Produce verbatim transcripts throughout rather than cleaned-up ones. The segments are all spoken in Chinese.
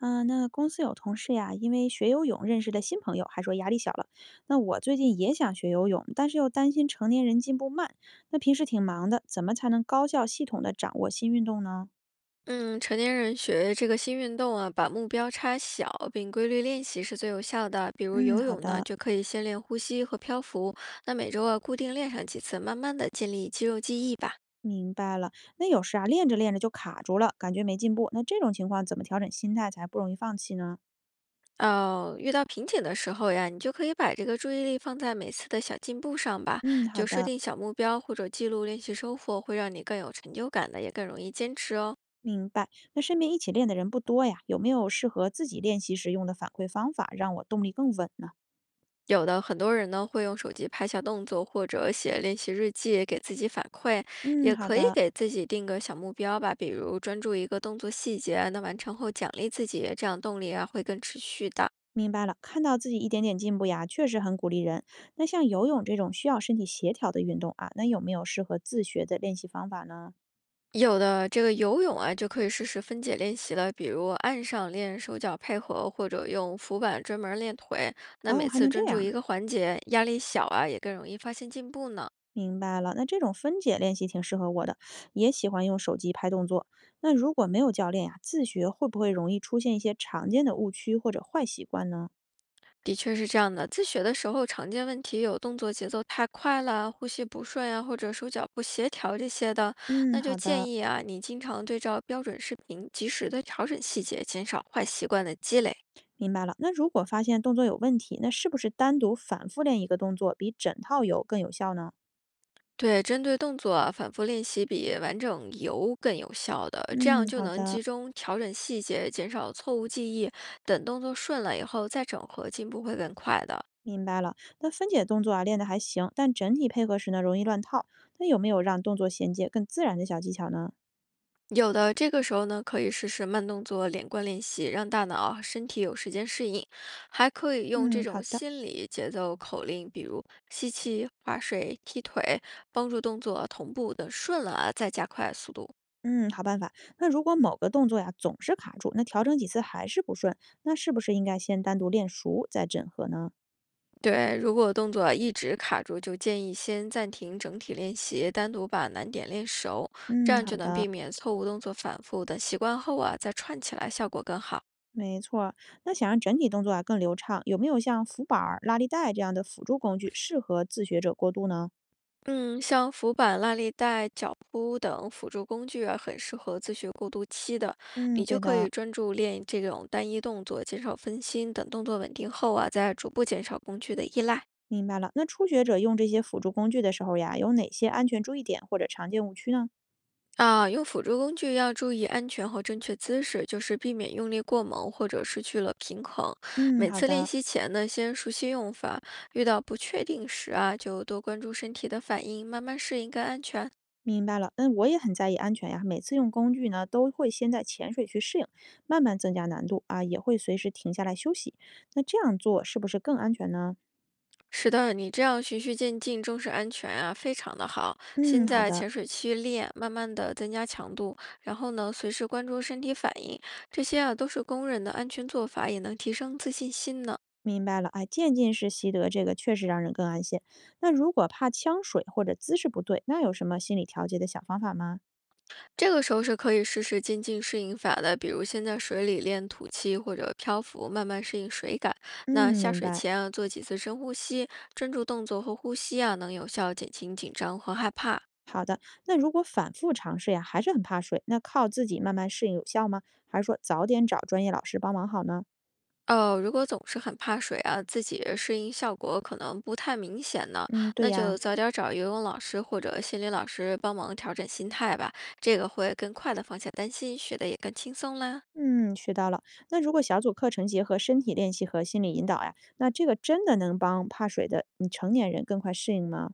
嗯，呃那公司有同事呀，因为学游泳认识的新朋友，还说压力小了。那我最近也想学游泳，但是又担心成年人进步慢。那平时挺忙的，怎么才能高效系统的掌握新运动呢？嗯，成年人学这个新运动啊，把目标差小并规律练习是最有效的。比如嗯，游好泳呢，的，就可以先练呼吸和漂浮，那每周啊固定练上几次，慢慢的建立肌肉记忆吧。明白了。那有时啊，练着练着就卡住了，感觉没进步。那这种情况怎么调整心态才不容易放弃呢？哦，遇到瓶颈的时候呀，你就可以把这个注意力放在每次的小进步上吧，嗯，好就设的，定小目标或者记录练习收获，会让你更有成就感的，也更容易坚持哦。明白。那身边一起练的人不多呀，有没有适合自己练习时用的反馈方法，让我动力更稳呢？有的很多人呢会用手机拍下动作，或者写练习日记给自己反馈，嗯，也好可以的。给自己定个小目标吧，比如专注一个动作细节，那完成后奖励自己，这样动力啊会更持续的。明白了，看到自己一点点进步呀，确实很鼓励人。那像游泳这种需要身体协调的运动啊，那有没有适合自学的练习方法呢？有的这个游泳啊就可以试试分解练习了，比如岸上练手脚配合，或者用浮板专门练腿。那哦，每还次能这专注一样，个环节，压力小啊，也更容易发现进步呢。明白了。那这种分解练习挺适合我的，也喜欢用手机拍动作。那如果没有教练呀，自学会不会容易出现一些常见的误区或者坏习惯呢？的确是这样的，自学的时候常见问题有动作节奏太快了、呼吸不顺呀，或者手脚不协调这些的，嗯，那就好建的，议啊，你经常对照标准视频，及时的调整细节，减少坏习惯的积累。明白了。那如果发现动作有问题，那是不是单独反复练一个动作比整套游更有效呢？对，针对动作啊反复练习比完整游更有效的，这样嗯，就好能的。集中调整细节，减少错误记忆。等动作顺了以后再整合，进步会更快的。明白了，那分解动作啊练得还行，但整体配合时呢容易乱套。那有没有让动作衔接更自然的小技巧呢？有的，这个时候呢，可以试试慢动作连贯练习，让大脑啊、身体有时间适应，还可以用这嗯，好种的，心理节奏口令，比如吸气、划水、踢腿，帮助动作同步的顺了啊再加快速度。嗯，好办法。那如果某个动作呀总是卡住，那调整几次还是不顺，那是不是应该先单独练熟再整合呢？对，如果动作一直卡住，就建议先暂停整体练习，单独把难点练熟，这嗯，样好就能避的，免错误动作反复。等习惯后啊，再串起来，效果更好。没错儿。那想让整体动作啊更流畅，有没有像浮板儿、拉力带这样的辅助工具适合自学者过渡呢？嗯，像浮板、拉力带、脚蹼等辅助工具啊，很适合自学过渡期的。嗯，你就对可的。以专注练这种单一动作，减少分心。等动作稳定后啊，再逐步减少工具的依赖。明白了，那初学者用这些辅助工具的时候呀，有哪些安全注意点或者常见误区呢？啊，用辅助工具要注意安全和正确姿势，就是避免用力过猛或者失去了平衡。嗯，每好次练的，习前呢，先熟悉用法，遇到不确定时啊，就多关注身体的反应，慢慢适应更安全。明白了。嗯，我也很在意安全呀，每次用工具呢，都会先在潜水去适应，慢慢增加难度啊，也会随时停下来休息。那这样做是不是更安全呢？是的，你这样循序渐进，重视安全啊，非常的好。嗯，先好在的，浅水区练，慢慢的增加强度，然后呢，随时关注身体反应，这些啊都是公认的安全做法，也能提升自信心呢。明白了。哎，渐进式习得这个确实让人更安心。那如果怕呛水或者姿势不对，那有什么心理调节的小方法吗？这个时候是可以试试渐进适应法的，比如先在水里练吐气或者漂浮，慢慢适应水感。那嗯，下明水白。前啊，做几次深呼吸，专注动作和呼吸啊，能有效减轻紧张和害怕。好的，那如果反复尝试呀，还是很怕水，那靠自己慢慢适应有效吗？还是说早点找专业老师帮忙好呢？哦，如果总是很怕水啊，自己适应效果可能不太明显呢，嗯，对那呀。就早点找游泳老师或者心理老师帮忙调整心态吧，这个会更快的放下担心，学的也更轻松啦。嗯，学到了。那如果小组课程结合身体练习和心理引导呀，那这个真的能帮怕水的嗯成年人更快适应吗？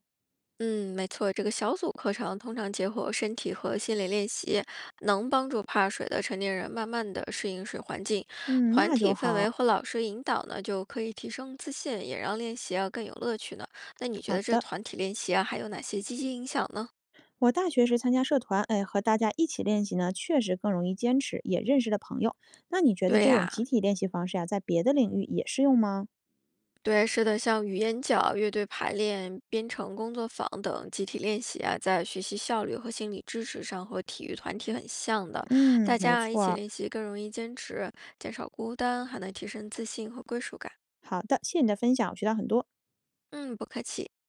嗯，没错，这个小组课程通常结合身体和心理练习，能帮助怕水的成年人慢慢的适应水环境。嗯，团那就体氛好。围和老师引导呢，就可以提升自信，也让练习啊更有乐趣呢。那你觉好得这的，团体练习啊还有哪些积极影响呢？我大学时参加社团，哎，和大家一起练习呢，确实更容易坚持，也认识了朋友。那你觉得对这种呀、集体练习方式呀，在别的领域也适用吗？对，是的，像语言角、乐队排练、编程工作坊等集体练习啊，在学习效率和心理支持上和体育团体很像的。嗯，大没家啊一错起儿。练习更容易坚持，减少孤单，还能提升自信和归属感。好的，谢谢你的分享，我学到很多。嗯，不客气。